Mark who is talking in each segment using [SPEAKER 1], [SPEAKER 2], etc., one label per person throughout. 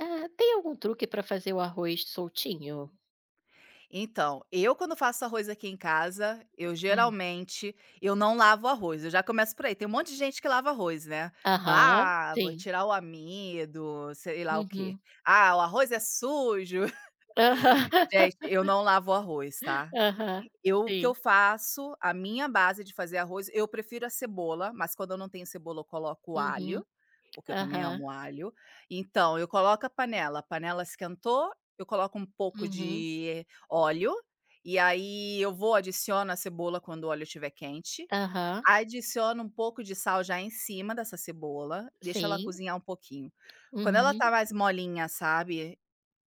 [SPEAKER 1] Ah, tem algum truque para fazer o arroz soltinho?
[SPEAKER 2] Então, eu quando faço arroz aqui em casa, eu
[SPEAKER 1] Ah.
[SPEAKER 2] geralmente, eu não lavo arroz, eu já começo por aí, tem um monte de gente que lava arroz, né.
[SPEAKER 1] Aham,
[SPEAKER 2] Fala: "Ah, vou
[SPEAKER 1] sim.
[SPEAKER 2] tirar o amido", sei lá o quê.
[SPEAKER 1] Uhum.
[SPEAKER 2] "Ah, o arroz é sujo."
[SPEAKER 1] Aham.
[SPEAKER 2] Gente, eu não lavo arroz, tá.
[SPEAKER 1] Aham,
[SPEAKER 2] Eu O que eu
[SPEAKER 1] sim.
[SPEAKER 2] faço, a minha base de fazer arroz, eu prefiro a cebola, mas quando eu não tenho cebola eu coloco alho,
[SPEAKER 1] Uhum.
[SPEAKER 2] porque eu também
[SPEAKER 1] Aham.
[SPEAKER 2] amo alho. Então eu coloco a panela esquentou, eu coloco um pouco
[SPEAKER 1] Uhum.
[SPEAKER 2] de óleo, e aí eu vou adiciono a cebola quando o óleo estiver quente,
[SPEAKER 1] Aham.
[SPEAKER 2] adiciono um pouco de sal já em cima dessa cebola, deixa ela
[SPEAKER 1] Sim.
[SPEAKER 2] cozinhar um pouquinho. Quando ela
[SPEAKER 1] Uhum.
[SPEAKER 2] tá mais molinha, sabe,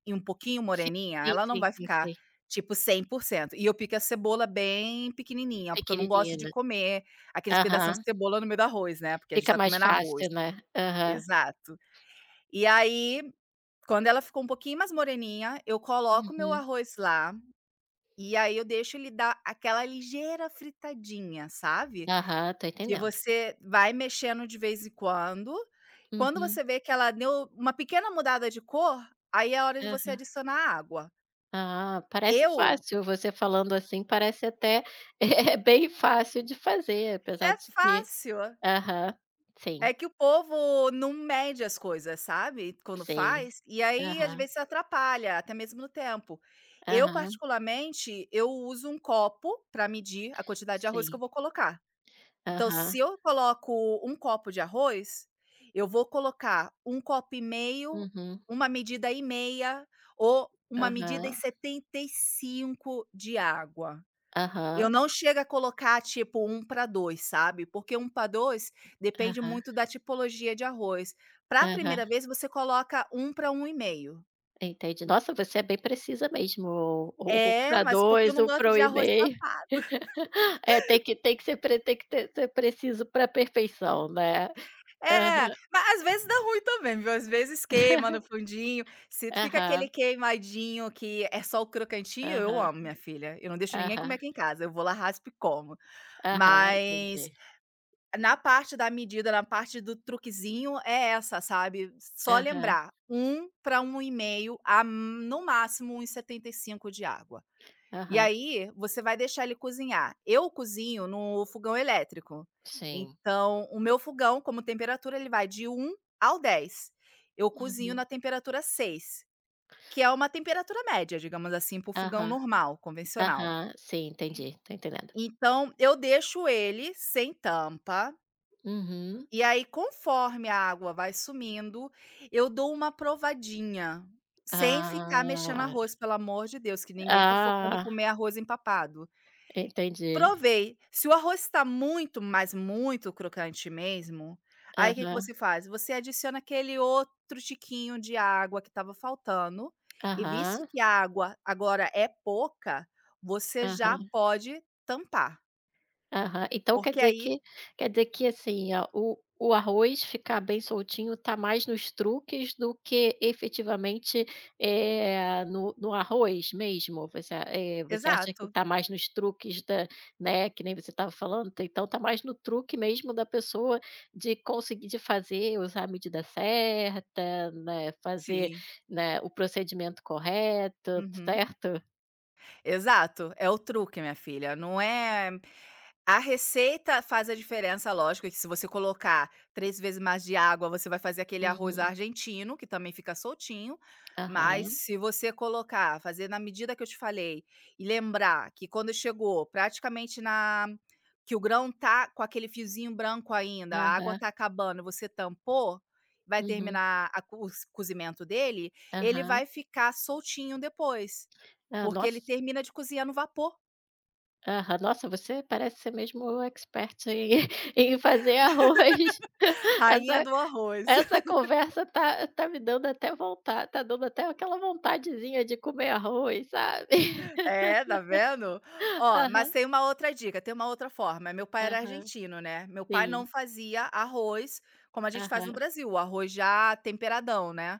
[SPEAKER 2] e um pouquinho
[SPEAKER 1] Sim,
[SPEAKER 2] moreninha,
[SPEAKER 1] sim,
[SPEAKER 2] ela não
[SPEAKER 1] sim,
[SPEAKER 2] vai
[SPEAKER 1] sim,
[SPEAKER 2] ficar,
[SPEAKER 1] sim.
[SPEAKER 2] tipo, 100%. E eu pico a cebola bem pequenininha, porque eu não gosto
[SPEAKER 1] Pequenininha,
[SPEAKER 2] de
[SPEAKER 1] né.
[SPEAKER 2] comer aqueles pedaços de
[SPEAKER 1] Aham.
[SPEAKER 2] cebola no meio do arroz, né, porque a gente
[SPEAKER 1] Fica
[SPEAKER 2] tá
[SPEAKER 1] mais
[SPEAKER 2] comendo arroz.
[SPEAKER 1] fácil, né. Aham.
[SPEAKER 2] Exato. E aí, quando ela ficou um pouquinho mais moreninha, eu coloco meu
[SPEAKER 1] Uhum.
[SPEAKER 2] arroz lá, e aí eu deixo ele dar aquela ligeira fritadinha, sabe,
[SPEAKER 1] Aham, tô
[SPEAKER 2] que
[SPEAKER 1] entendendo.
[SPEAKER 2] você vai mexendo de vez em quando. Quando
[SPEAKER 1] Uhum.
[SPEAKER 2] você vê que ela deu uma pequena mudada de cor, aí é a hora de você
[SPEAKER 1] Aham.
[SPEAKER 2] adicionar a água.
[SPEAKER 1] Ah, parece
[SPEAKER 2] Eu
[SPEAKER 1] fácil, você falando assim parece até, é bem fácil de fazer, apesar
[SPEAKER 2] É
[SPEAKER 1] de que.
[SPEAKER 2] fácil.
[SPEAKER 1] Aham, sim,
[SPEAKER 2] É que o povo não mede as coisas, sabe, quando
[SPEAKER 1] sim.
[SPEAKER 2] faz, e aí às
[SPEAKER 1] Aham,
[SPEAKER 2] vezes atrapalha, até mesmo no tempo. Eu
[SPEAKER 1] aham,
[SPEAKER 2] particularmente, eu uso um copo para medir a quantidade de arroz que eu
[SPEAKER 1] sim.
[SPEAKER 2] vou colocar. Então
[SPEAKER 1] Aham,
[SPEAKER 2] se eu coloco um copo de arroz, eu vou colocar um copo e meio,
[SPEAKER 1] uhum,
[SPEAKER 2] uma medida e meia ou uma medida e
[SPEAKER 1] aham,
[SPEAKER 2] 75 de água. Eu
[SPEAKER 1] aham,
[SPEAKER 2] não chego a colocar, tipo, um para 2, sabe, porque um para 2 depende
[SPEAKER 1] aham,
[SPEAKER 2] muito da tipologia de arroz. Para a
[SPEAKER 1] aham,
[SPEAKER 2] primeira vez, você coloca um para um e meio.
[SPEAKER 1] entendi. Nossa, você é bem precisa mesmo, o
[SPEAKER 2] É,
[SPEAKER 1] pra
[SPEAKER 2] mas porque eu
[SPEAKER 1] 2,
[SPEAKER 2] não
[SPEAKER 1] o
[SPEAKER 2] gosto
[SPEAKER 1] para um
[SPEAKER 2] de
[SPEAKER 1] e
[SPEAKER 2] arroz
[SPEAKER 1] meio.
[SPEAKER 2] papado.
[SPEAKER 1] É, tem que ser pre tem que ter ser preciso para perfeição, né.
[SPEAKER 2] É,
[SPEAKER 1] Aham.
[SPEAKER 2] mas às vezes dá ruim também, viu, às vezes queima no fundinho. Se fica aquele
[SPEAKER 1] Aham,
[SPEAKER 2] queimadinho que é só o crocantinho, eu
[SPEAKER 1] aham,
[SPEAKER 2] amo, minha filha. Eu não deixo ninguém comer
[SPEAKER 1] aham,
[SPEAKER 2] aqui em casa, eu vou lá, raspo e como.
[SPEAKER 1] aham,
[SPEAKER 2] Mas
[SPEAKER 1] entendi.
[SPEAKER 2] na parte da medida, na parte do truquezinho é essa, sabe, só
[SPEAKER 1] Aham,
[SPEAKER 2] lembrar, um para um 1,5 a no máximo 1,75 de água. E
[SPEAKER 1] aham,
[SPEAKER 2] aí, você vai deixar ele cozinhar. Eu cozinho no fogão elétrico,
[SPEAKER 1] sim.
[SPEAKER 2] então o meu fogão, como temperatura, ele vai de 1 ao 10. Eu cozinho
[SPEAKER 1] Uhum.
[SPEAKER 2] na temperatura 6, que é uma temperatura média, digamos assim, para o fogão
[SPEAKER 1] Aham,
[SPEAKER 2] normal, convencional.
[SPEAKER 1] aham, sim, entendi, estou entendendo.
[SPEAKER 2] Então eu deixo ele sem tampa,
[SPEAKER 1] Uhum.
[SPEAKER 2] e aí, conforme a água vai sumindo, eu dou uma provadinha, sem ficar mexendo
[SPEAKER 1] Ah,
[SPEAKER 2] arroz, pelo amor de Deus, que ninguém tá focando em
[SPEAKER 1] ah,
[SPEAKER 2] comer arroz empapado.
[SPEAKER 1] entendi.
[SPEAKER 2] Provei. Se o arroz está muito, mas muito crocante mesmo, aí o que que
[SPEAKER 1] Aham,
[SPEAKER 2] você faz? Você adiciona aquele outro tiquinho de água que estava faltando, e visto
[SPEAKER 1] aham,
[SPEAKER 2] que a água agora é pouca, você já
[SPEAKER 1] aham.
[SPEAKER 2] pode tampar,
[SPEAKER 1] Aham. Então quer
[SPEAKER 2] porque
[SPEAKER 1] dizer
[SPEAKER 2] aí.
[SPEAKER 1] que quer dizer que, assim, o arroz ficar bem soltinho está mais nos truques do que efetivamente, no arroz mesmo? Você acha que
[SPEAKER 2] Exato.
[SPEAKER 1] está mais nos truques da, né, que nem você estava falando, t então está mais no truque mesmo da pessoa de conseguir de fazer, usar a medida certa, né, fazer,
[SPEAKER 2] Sim.
[SPEAKER 1] né, o procedimento correto,
[SPEAKER 2] Uhum.
[SPEAKER 1] certo?
[SPEAKER 2] Exato, é o truque, minha filha. Não é, a receita faz a diferença, lógico, é que se você colocar 3 vezes mais de água, você vai fazer aquele arroz
[SPEAKER 1] Uhum.
[SPEAKER 2] argentino, que também fica soltinho, mas
[SPEAKER 1] Aham.
[SPEAKER 2] se você colocar, fazer na medida que eu te falei e lembrar que quando chegou praticamente na que o grão tá com aquele fiozinho branco ainda, a água
[SPEAKER 1] Aham.
[SPEAKER 2] tá acabando, você tampou, vai
[SPEAKER 1] Uhum.
[SPEAKER 2] terminar a co o cozimento dele, ele
[SPEAKER 1] Aham.
[SPEAKER 2] vai ficar soltinho depois.
[SPEAKER 1] Ah,
[SPEAKER 2] Porque ele
[SPEAKER 1] nossa.
[SPEAKER 2] termina de cozinhar no vapor,
[SPEAKER 1] Aham. Nossa, você parece ser mesmo expert em em fazer arroz.
[SPEAKER 2] rainha
[SPEAKER 1] Essa
[SPEAKER 2] do arroz.
[SPEAKER 1] essa conversa tá me dando até vontade, tá dando até aquela vontadezinha de comer arroz, sabe.
[SPEAKER 2] É, tá vendo? Ó, mas
[SPEAKER 1] Aham,
[SPEAKER 2] tem uma outra dica, tem uma outra forma, meu pai era
[SPEAKER 1] aham.
[SPEAKER 2] argentino, né, meu pai não
[SPEAKER 1] Sim.
[SPEAKER 2] fazia arroz como a gente faz
[SPEAKER 1] Aham.
[SPEAKER 2] no Brasil, o arroz já temperadão, né.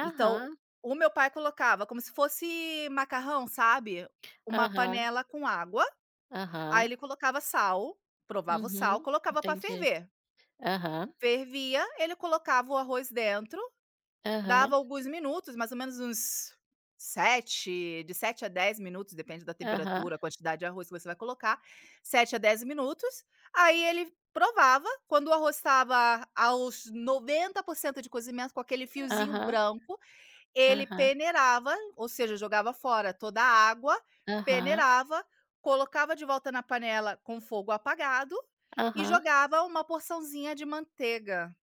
[SPEAKER 2] Então, o meu pai colocava como se fosse macarrão, sabe, uma
[SPEAKER 1] Aham.
[SPEAKER 2] panela com água, aí
[SPEAKER 1] Aham.
[SPEAKER 2] ele colocava sal, provava o sal,
[SPEAKER 1] Uhum.
[SPEAKER 2] colocava para
[SPEAKER 1] Entendi.
[SPEAKER 2] ferver.
[SPEAKER 1] Aham.
[SPEAKER 2] Fervia, ele colocava o arroz dentro.
[SPEAKER 1] Aham.
[SPEAKER 2] Dava alguns minutos, mais ou menos uns 7, de 7 a 10 minutos, depende da
[SPEAKER 1] Aham.
[SPEAKER 2] temperatura, a quantidade de arroz que você vai colocar, 7 a 10 minutos. Aí ele provava, quando o arroz estava aos 90% de cozimento, com aquele fiozinho
[SPEAKER 1] Aham.
[SPEAKER 2] branco, ele
[SPEAKER 1] Aham.
[SPEAKER 2] peneirava, ou seja, jogava fora toda a água,
[SPEAKER 1] Aham.
[SPEAKER 2] peneirava, colocava de volta na panela com fogo apagado e
[SPEAKER 1] Aham.
[SPEAKER 2] jogava uma porçãozinha de manteiga.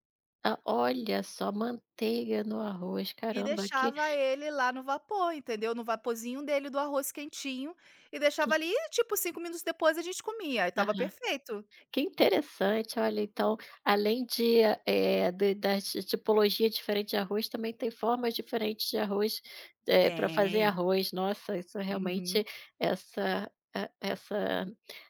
[SPEAKER 1] Ah, olha só, manteiga no arroz,
[SPEAKER 2] E
[SPEAKER 1] caramba, que.
[SPEAKER 2] deixava ele lá no vapor, entendeu, no vaporzinho dele do arroz quentinho, e
[SPEAKER 1] Que
[SPEAKER 2] deixava ali e, tipo, 5 minutos depois a gente comia, e tava
[SPEAKER 1] aham.
[SPEAKER 2] perfeito.
[SPEAKER 1] Que interessante, olha, então, além de, eh, de da ti tipologia diferente de arroz, também tem formas diferentes de arroz, para fazer
[SPEAKER 2] Tem.
[SPEAKER 1] arroz. Nossa, isso
[SPEAKER 2] Uhum.
[SPEAKER 1] realmente essa e essa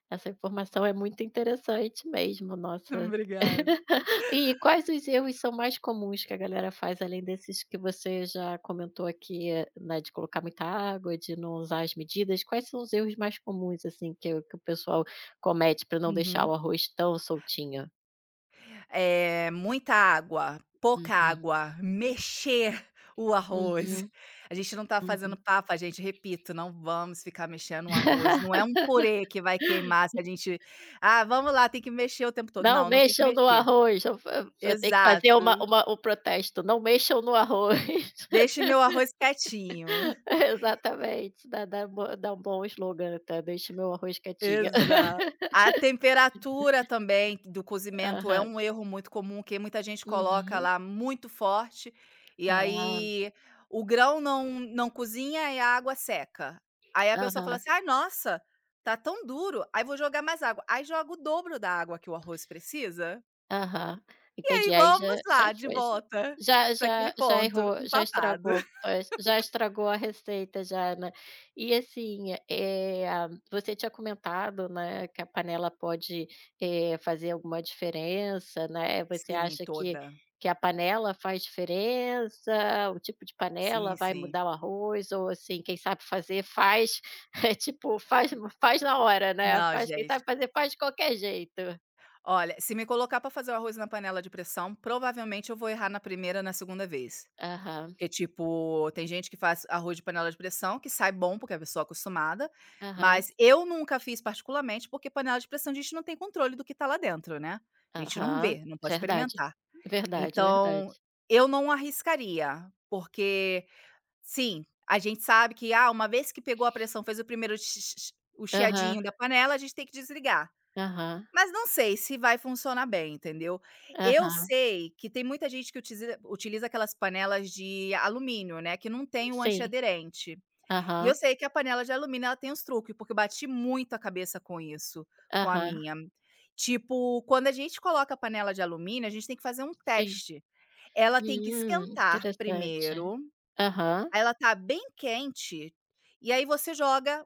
[SPEAKER 1] essa informação é muito interessante mesmo, nossa.
[SPEAKER 2] Obrigada.
[SPEAKER 1] E quais os erros são mais comuns que a galera faz, além desses que você já comentou aqui, né, de colocar muita água, de não usar as medidas? Quais são os erros mais comuns, assim, que o pessoal comete para não deixar
[SPEAKER 2] Uhum.
[SPEAKER 1] o arroz tão soltinho.
[SPEAKER 2] É muita água, pouca
[SPEAKER 1] Uhum,
[SPEAKER 2] água, mexer o
[SPEAKER 1] uhum,
[SPEAKER 2] arroz. A gente não tá fazendo
[SPEAKER 1] uhum.
[SPEAKER 2] papa, gente, repito, não vamos ficar mexendo o arroz, não é um purê que vai queimar se a gente: "Ah, vamos lá, tem que mexer o tempo todo",
[SPEAKER 1] "Não
[SPEAKER 2] não, não tem que
[SPEAKER 1] mexam no
[SPEAKER 2] mexer.
[SPEAKER 1] arroz", eu tenho que
[SPEAKER 2] Exato.
[SPEAKER 1] fazer uma um protesto, "Não mexam no arroz".
[SPEAKER 2] Deixe meu arroz quietinho.
[SPEAKER 1] Exatamente, dá um bom slogan até, "Deixe meu arroz quietinho".
[SPEAKER 2] Exato. A temperatura também do cozimento é
[SPEAKER 1] Aham.
[SPEAKER 2] um erro muito comum, que muita gente coloca
[SPEAKER 1] Uhum.
[SPEAKER 2] lá muito forte, e
[SPEAKER 1] Ah,
[SPEAKER 2] aí o grão não cozinha e a água seca. Aí a pessoa fala
[SPEAKER 1] aham.
[SPEAKER 2] assim: "Ai, nossa, tá tão duro, aí vou jogar mais água". Aí joga o dobro da água que o arroz precisa,
[SPEAKER 1] Aham,
[SPEAKER 2] e aí
[SPEAKER 1] entendi, aí já
[SPEAKER 2] vamos
[SPEAKER 1] já
[SPEAKER 2] lá, de
[SPEAKER 1] foi já.
[SPEAKER 2] volta
[SPEAKER 1] Já
[SPEAKER 2] para aquele
[SPEAKER 1] já já
[SPEAKER 2] ponto,
[SPEAKER 1] errou, já
[SPEAKER 2] empapado.
[SPEAKER 1] estragou, pois, já estragou a receita já, né. E assim, você tinha comentado, né, que a panela pode, fazer alguma diferença, né, você
[SPEAKER 2] Sim,
[SPEAKER 1] acha que
[SPEAKER 2] toda.
[SPEAKER 1] que a panela faz diferença, o tipo de
[SPEAKER 2] Sim,
[SPEAKER 1] panela vai
[SPEAKER 2] sim.
[SPEAKER 1] mudar o arroz ou assim, quem sabe fazer faz, é tipo, faz na hora, né,
[SPEAKER 2] Não,
[SPEAKER 1] faz quem
[SPEAKER 2] gente.
[SPEAKER 1] sabe fazer faz de qualquer jeito.
[SPEAKER 2] Olha, se me colocar pra fazer o arroz na panela de pressão, provavelmente eu vou errar na primeira, na segunda vez.
[SPEAKER 1] Aham,
[SPEAKER 2] Porque, tipo, tem gente que faz arroz de panela de pressão, que sai bom, porque a pessoa é acostumada,
[SPEAKER 1] aham.
[SPEAKER 2] mas eu nunca fiz particularmente, porque panela de pressão a gente não tem controle do que tá lá dentro, né. A gente não
[SPEAKER 1] Aham,
[SPEAKER 2] vê, não pode
[SPEAKER 1] verdade.
[SPEAKER 2] experimentar.
[SPEAKER 1] Verdade,
[SPEAKER 2] Então,
[SPEAKER 1] verdade.
[SPEAKER 2] eu não arriscaria, porque sim, a gente sabe que, ah, uma vez que pegou a pressão, fez o primeiro chi chi chi, o
[SPEAKER 1] Aham,
[SPEAKER 2] chiadinho da panela, a gente tem que desligar.
[SPEAKER 1] aham,
[SPEAKER 2] Mas não sei se vai funcionar bem, entendeu. Eu
[SPEAKER 1] aham.
[SPEAKER 2] sei que tem muita gente que utiliza aquelas panelas de alumínio, né, que não tem o
[SPEAKER 1] Sim.
[SPEAKER 2] antiaderente. E eu
[SPEAKER 1] Aham,
[SPEAKER 2] sei que a panela de alumínio ela tem uns truque, porque eu bati muito a cabeça com isso, com a
[SPEAKER 1] aham.
[SPEAKER 2] minha. Tipo, quando a gente coloca a panela de alumínio, a gente tem que fazer um
[SPEAKER 1] Sim.
[SPEAKER 2] teste. Ela tem que
[SPEAKER 1] Hum,
[SPEAKER 2] esquentar
[SPEAKER 1] interessante.
[SPEAKER 2] primeiro,
[SPEAKER 1] Aham,
[SPEAKER 2] aí ela tá bem quente, e aí você joga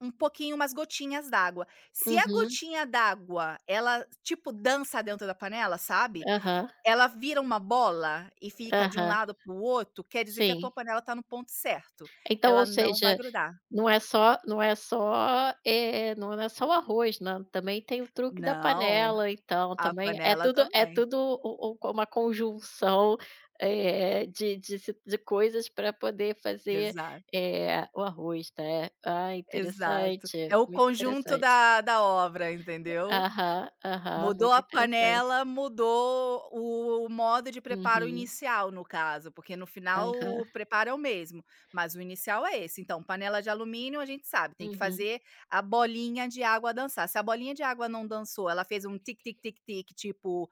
[SPEAKER 2] um pouquinho, umas gotinhas d'água. Se a
[SPEAKER 1] uhum,
[SPEAKER 2] gotinha d'água, ela, tipo, dança dentro da panela, sabe,
[SPEAKER 1] aham,
[SPEAKER 2] ela vira uma bola e fica de um
[SPEAKER 1] aham.
[SPEAKER 2] lado para o outro, quer dizer que a tua
[SPEAKER 1] Sim.
[SPEAKER 2] panela tá no ponto certo,
[SPEAKER 1] Então, ou
[SPEAKER 2] ela não vai
[SPEAKER 1] seja,
[SPEAKER 2] grudar.
[SPEAKER 1] não é só o arroz, né, também tem o truque da
[SPEAKER 2] Não,
[SPEAKER 1] panela, então
[SPEAKER 2] a
[SPEAKER 1] também é
[SPEAKER 2] panela
[SPEAKER 1] tudo é
[SPEAKER 2] também.
[SPEAKER 1] tudo u u uma conjunção, de coisas para poder fazer,
[SPEAKER 2] Exato,
[SPEAKER 1] o arroz, né. Ah,
[SPEAKER 2] exato. É
[SPEAKER 1] interessante,
[SPEAKER 2] o
[SPEAKER 1] muito
[SPEAKER 2] conjunto
[SPEAKER 1] interessante.
[SPEAKER 2] da obra, entendeu?
[SPEAKER 1] Aham, aham,
[SPEAKER 2] Mudou
[SPEAKER 1] muito
[SPEAKER 2] a
[SPEAKER 1] interessante.
[SPEAKER 2] panela, mudou o modo de preparo
[SPEAKER 1] Uhum.
[SPEAKER 2] inicial, no caso, porque no final
[SPEAKER 1] Aham.
[SPEAKER 2] o preparo é o mesmo, mas o inicial é esse. Então, panela de alumínio, a gente sabe, tem que
[SPEAKER 1] Uhum.
[SPEAKER 2] fazer a bolinha de água dançar. Se a bolinha de água não dançou, ela fez um tic tic tic tic, tipo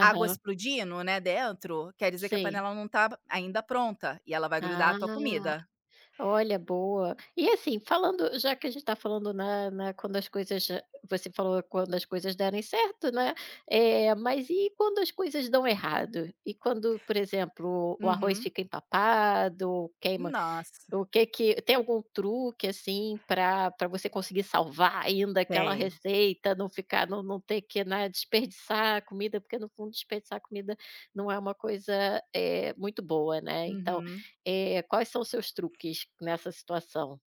[SPEAKER 2] água explodindo, né, dentro, quer dizer que a
[SPEAKER 1] Sim.
[SPEAKER 2] panela não tá ainda pronta e ela vai grudar a
[SPEAKER 1] Ah.
[SPEAKER 2] tua comida.
[SPEAKER 1] Olha, boa. E assim, falando já que a gente está falando na na quando as coisas já- você falou quando as coisas derem certo, né, mas e quando as coisas dão errado? E quando, por exemplo, o arroz
[SPEAKER 2] Uhum.
[SPEAKER 1] fica empapado ou queima,
[SPEAKER 2] Nossa,
[SPEAKER 1] o que que tem algum truque, assim, para você conseguir salvar ainda aquela
[SPEAKER 2] tem.
[SPEAKER 1] receita, não ficar, não ter que, né, desperdiçar comida, porque no fundo desperdiçar comida não é uma coisa, muito boa, né. Então,
[SPEAKER 2] Uhum.
[SPEAKER 1] quais são os seus truques nessa situação?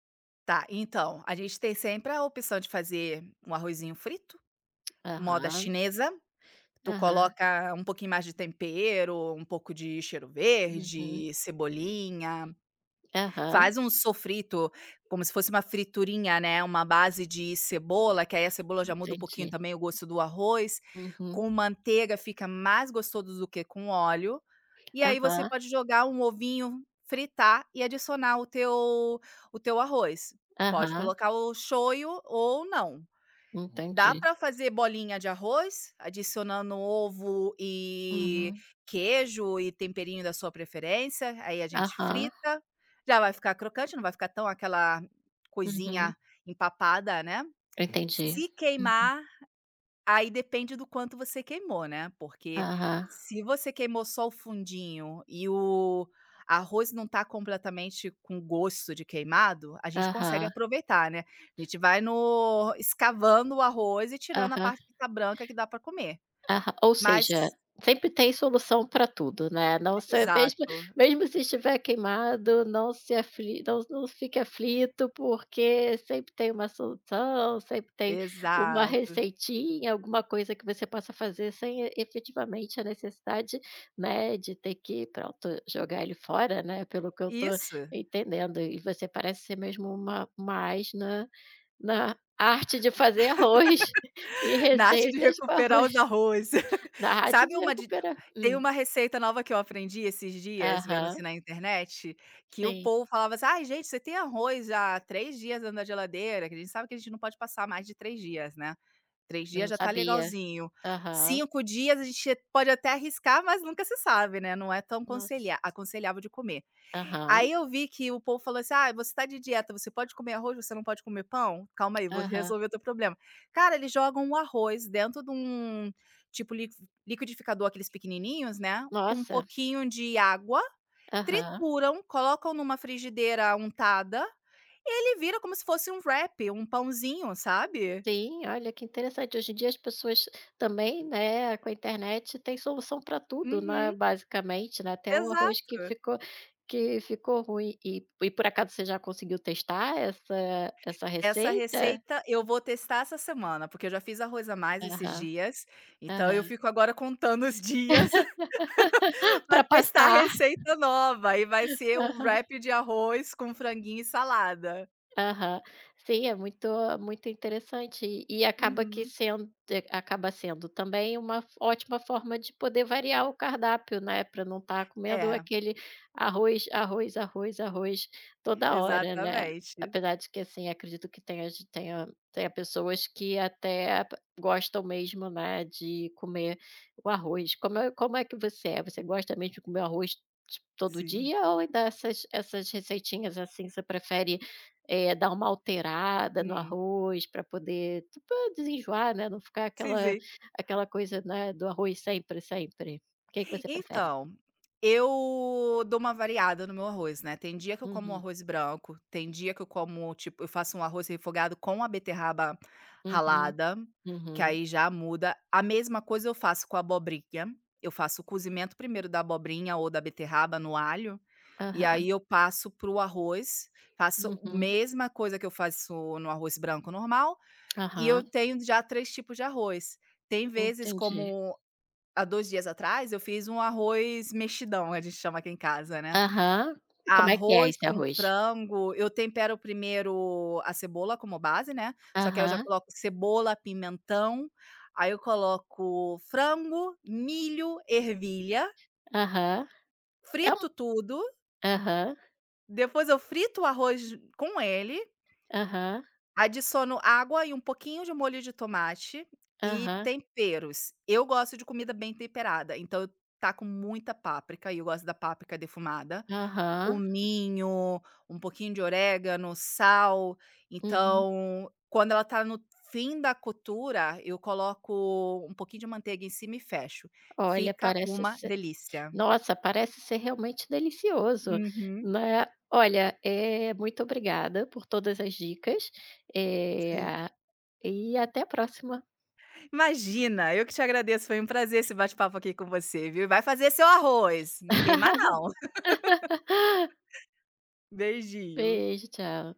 [SPEAKER 2] Tá, então, a gente tem sempre a opção de fazer um arrozinho frito. Moda
[SPEAKER 1] Aham,
[SPEAKER 2] chinesa, tu
[SPEAKER 1] aham,
[SPEAKER 2] coloca um pouquinho mais de tempero, um pouco de cheiro
[SPEAKER 1] uhum,
[SPEAKER 2] verde, cebolinha,
[SPEAKER 1] aham,
[SPEAKER 2] faz um sofrito, como se fosse uma friturinha, né, uma base de cebola, que aí a cebola já muda um pouquinho
[SPEAKER 1] entendi.
[SPEAKER 2] também o gosto do arroz,
[SPEAKER 1] Uhum,
[SPEAKER 2] com manteiga fica mais gostoso do que com óleo, e aí você
[SPEAKER 1] aham,
[SPEAKER 2] pode jogar um ovinho, fritar e adicionar o teu arroz. Pode
[SPEAKER 1] aham,
[SPEAKER 2] colocar o shoyu ou não. Dá
[SPEAKER 1] entendi.
[SPEAKER 2] para fazer bolinha de arroz, adicionando ovo e
[SPEAKER 1] Uhum,
[SPEAKER 2] queijo e temperinho da sua preferência, aí a gente
[SPEAKER 1] aham,
[SPEAKER 2] frita, já vai ficar crocante, não vai ficar tão aquela
[SPEAKER 1] uhum,
[SPEAKER 2] coisinha empapada, né.
[SPEAKER 1] entendi.
[SPEAKER 2] Se
[SPEAKER 1] Uhum,
[SPEAKER 2] queimar. Aí depende do quanto você queimou, né, porque
[SPEAKER 1] aham,
[SPEAKER 2] se você queimou só o fundinho e o arroz não tá completamente com gosto de queimado, a gente consegue
[SPEAKER 1] aham,
[SPEAKER 2] aproveitar, né. A gente vai no escavando o arroz e tirando a
[SPEAKER 1] aham.
[SPEAKER 2] parte que tá branca que dá para comer.
[SPEAKER 1] Aham, ou
[SPEAKER 2] Mas
[SPEAKER 1] seja, sempre tem solução para tudo, né, não se mesmo
[SPEAKER 2] exato,
[SPEAKER 1] mesmo se estiver queimado, não se afli não fique aflito, porque sempre tem uma solução, sempre tem uma
[SPEAKER 2] exato.
[SPEAKER 1] receitinha, alguma coisa que você possa fazer sem e efetivamente a necessidade, né, de ter que, pronto, jogar ele fora, né, pelo que eu estou
[SPEAKER 2] Isso.
[SPEAKER 1] entendendo. E você parece ser mesmo uma mais ás na arte de fazer arroz e
[SPEAKER 2] Na arte de
[SPEAKER 1] receitas com
[SPEAKER 2] recuperar
[SPEAKER 1] arroz
[SPEAKER 2] os arroz.
[SPEAKER 1] da rádio
[SPEAKER 2] Sabe
[SPEAKER 1] de
[SPEAKER 2] uma de
[SPEAKER 1] recuperar
[SPEAKER 2] Tem
[SPEAKER 1] hum.
[SPEAKER 2] uma receita nova que eu aprendi esses dias, vendo
[SPEAKER 1] Aham,
[SPEAKER 2] assim na internet, que o
[SPEAKER 1] sim.
[SPEAKER 2] povo falava assim: "Ai gente, você tem arroz há 3 dias dentro da geladeira", que a gente sabe que a gente não pode passar mais de 3 dias, né. 3
[SPEAKER 1] Eu
[SPEAKER 2] dias
[SPEAKER 1] não
[SPEAKER 2] já tá
[SPEAKER 1] sabia.
[SPEAKER 2] legalzinho.
[SPEAKER 1] Aham.
[SPEAKER 2] 5 dias a gente pode até arriscar, mas nunca se sabe, né, não é tão
[SPEAKER 1] Nossa.
[SPEAKER 2] conselha aconselhável de comer.
[SPEAKER 1] Aham,
[SPEAKER 2] Aí eu vi que o povo falou assim: "Ah, você tá de dieta, você pode comer arroz, você não pode comer pão? Calma aí, vou
[SPEAKER 1] aham.
[SPEAKER 2] resolver o teu problema". Cara, eles jogam o arroz dentro de um, tipo, liquidificador, aqueles pequenininhos, né, com um
[SPEAKER 1] Nossa.
[SPEAKER 2] pouquinho de água,
[SPEAKER 1] Aham.
[SPEAKER 2] trituram, colocam numa frigideira untada e ele vira como se fosse um wrap, um pãozinho, sabe.
[SPEAKER 1] Sim, olha que interessante. Hoje em dia as pessoas também, né, com a internet tem solução para tudo, né,
[SPEAKER 2] Uhum,
[SPEAKER 1] basicamente, né, até o arroz que
[SPEAKER 2] exato.
[SPEAKER 1] ficou ruim. E por acaso você já conseguiu testar essa
[SPEAKER 2] Essa
[SPEAKER 1] receita?
[SPEAKER 2] receita eu vou testar essa semana, porque eu já fiz arroz a mais esses
[SPEAKER 1] Aham,
[SPEAKER 2] dias, então eu
[SPEAKER 1] aham.
[SPEAKER 2] fico agora contando os dias. Vai
[SPEAKER 1] Pra
[SPEAKER 2] testar a
[SPEAKER 1] passar.
[SPEAKER 2] receita nova e vai ser o
[SPEAKER 1] Aham.
[SPEAKER 2] wrap de arroz com franguinho e salada.
[SPEAKER 1] Aham. Sim, é muito muito interessante e
[SPEAKER 2] Uhum.
[SPEAKER 1] acaba sendo também uma ótima forma de poder variar o cardápio, né, para não estar comendo
[SPEAKER 2] É,
[SPEAKER 1] aquele arroz, arroz, arroz, arroz toda hora, né.
[SPEAKER 2] exatamente.
[SPEAKER 1] Apesar de que, assim, acredito que tenha ge tenha tenha pessoas que até p gostam mesmo, né, de comer o arroz. Como é que você é? Você gosta mesmo de comer arroz, tipo, todo
[SPEAKER 2] Sim.
[SPEAKER 1] dia ou dessas essas receitinhas, assim, você prefere, dar uma alterada no
[SPEAKER 2] Hum.
[SPEAKER 1] arroz para poder, tipo, desenjoar, né, não ficar
[SPEAKER 2] Sim,
[SPEAKER 1] aquela
[SPEAKER 2] sim.
[SPEAKER 1] aquela coisa, né, do arroz sempre, sempre. O que que você prefere?
[SPEAKER 2] Então, eu dou uma variada no meu arroz, né. Tem dia que eu como um
[SPEAKER 1] Uhum,
[SPEAKER 2] arroz branco, tem dia que eu como, tipo, eu faço um arroz refogado com a beterraba
[SPEAKER 1] uhum,
[SPEAKER 2] ralada, que
[SPEAKER 1] uhum,
[SPEAKER 2] aí já muda. A mesma coisa eu faço com a abobrinha, eu faço o cozimento primeiro da abobrinha ou da beterraba no alho, e aí
[SPEAKER 1] aham,
[SPEAKER 2] eu passo para o arroz, faço a
[SPEAKER 1] uhum,
[SPEAKER 2] mesma coisa que eu faço no arroz branco normal, e eu
[SPEAKER 1] aham,
[SPEAKER 2] tenho já 3 tipos de arroz. Tem vezes
[SPEAKER 1] entendi.
[SPEAKER 2] como, há 2 dias atrás eu fiz um arroz mexidão, a gente chama aqui em casa, né.
[SPEAKER 1] Aham. Como é que é
[SPEAKER 2] Arroz
[SPEAKER 1] esse
[SPEAKER 2] com
[SPEAKER 1] arroz?
[SPEAKER 2] frango, eu tempero primeiro a cebola como base, né, só que aí eu já
[SPEAKER 1] Aham,
[SPEAKER 2] coloco cebola, pimentão, aí eu coloco frango, milho, ervilha,
[SPEAKER 1] aham. É um,
[SPEAKER 2] frito tudo,
[SPEAKER 1] aham,
[SPEAKER 2] depois eu frito o arroz com ele,
[SPEAKER 1] aham,
[SPEAKER 2] adiciono água e um pouquinho de molho de tomate e
[SPEAKER 1] aham,
[SPEAKER 2] temperos. Eu gosto de comida bem temperada, então eu taco muita páprica e eu gosto da páprica defumada,
[SPEAKER 1] aham,
[SPEAKER 2] cominho, um pouquinho de orégano, sal.
[SPEAKER 1] uhum.
[SPEAKER 2] Então, quando ela tá no fim da cottura, eu coloco um pouquinho de manteiga em cima e fecho.
[SPEAKER 1] Olha,
[SPEAKER 2] Fica
[SPEAKER 1] parece
[SPEAKER 2] uma delícia.
[SPEAKER 1] Nossa, parece ser realmente delicioso,
[SPEAKER 2] Uhum,
[SPEAKER 1] né. Olha, é muito obrigada por todas as dicas,
[SPEAKER 2] sim.
[SPEAKER 1] eh, e até a próxima.
[SPEAKER 2] Imagina, eu que te agradeço, foi um prazer esse bate-papo aqui com você, viu. E vai fazer seu arroz, não queima não. Beijinho.
[SPEAKER 1] Beijo, tchau.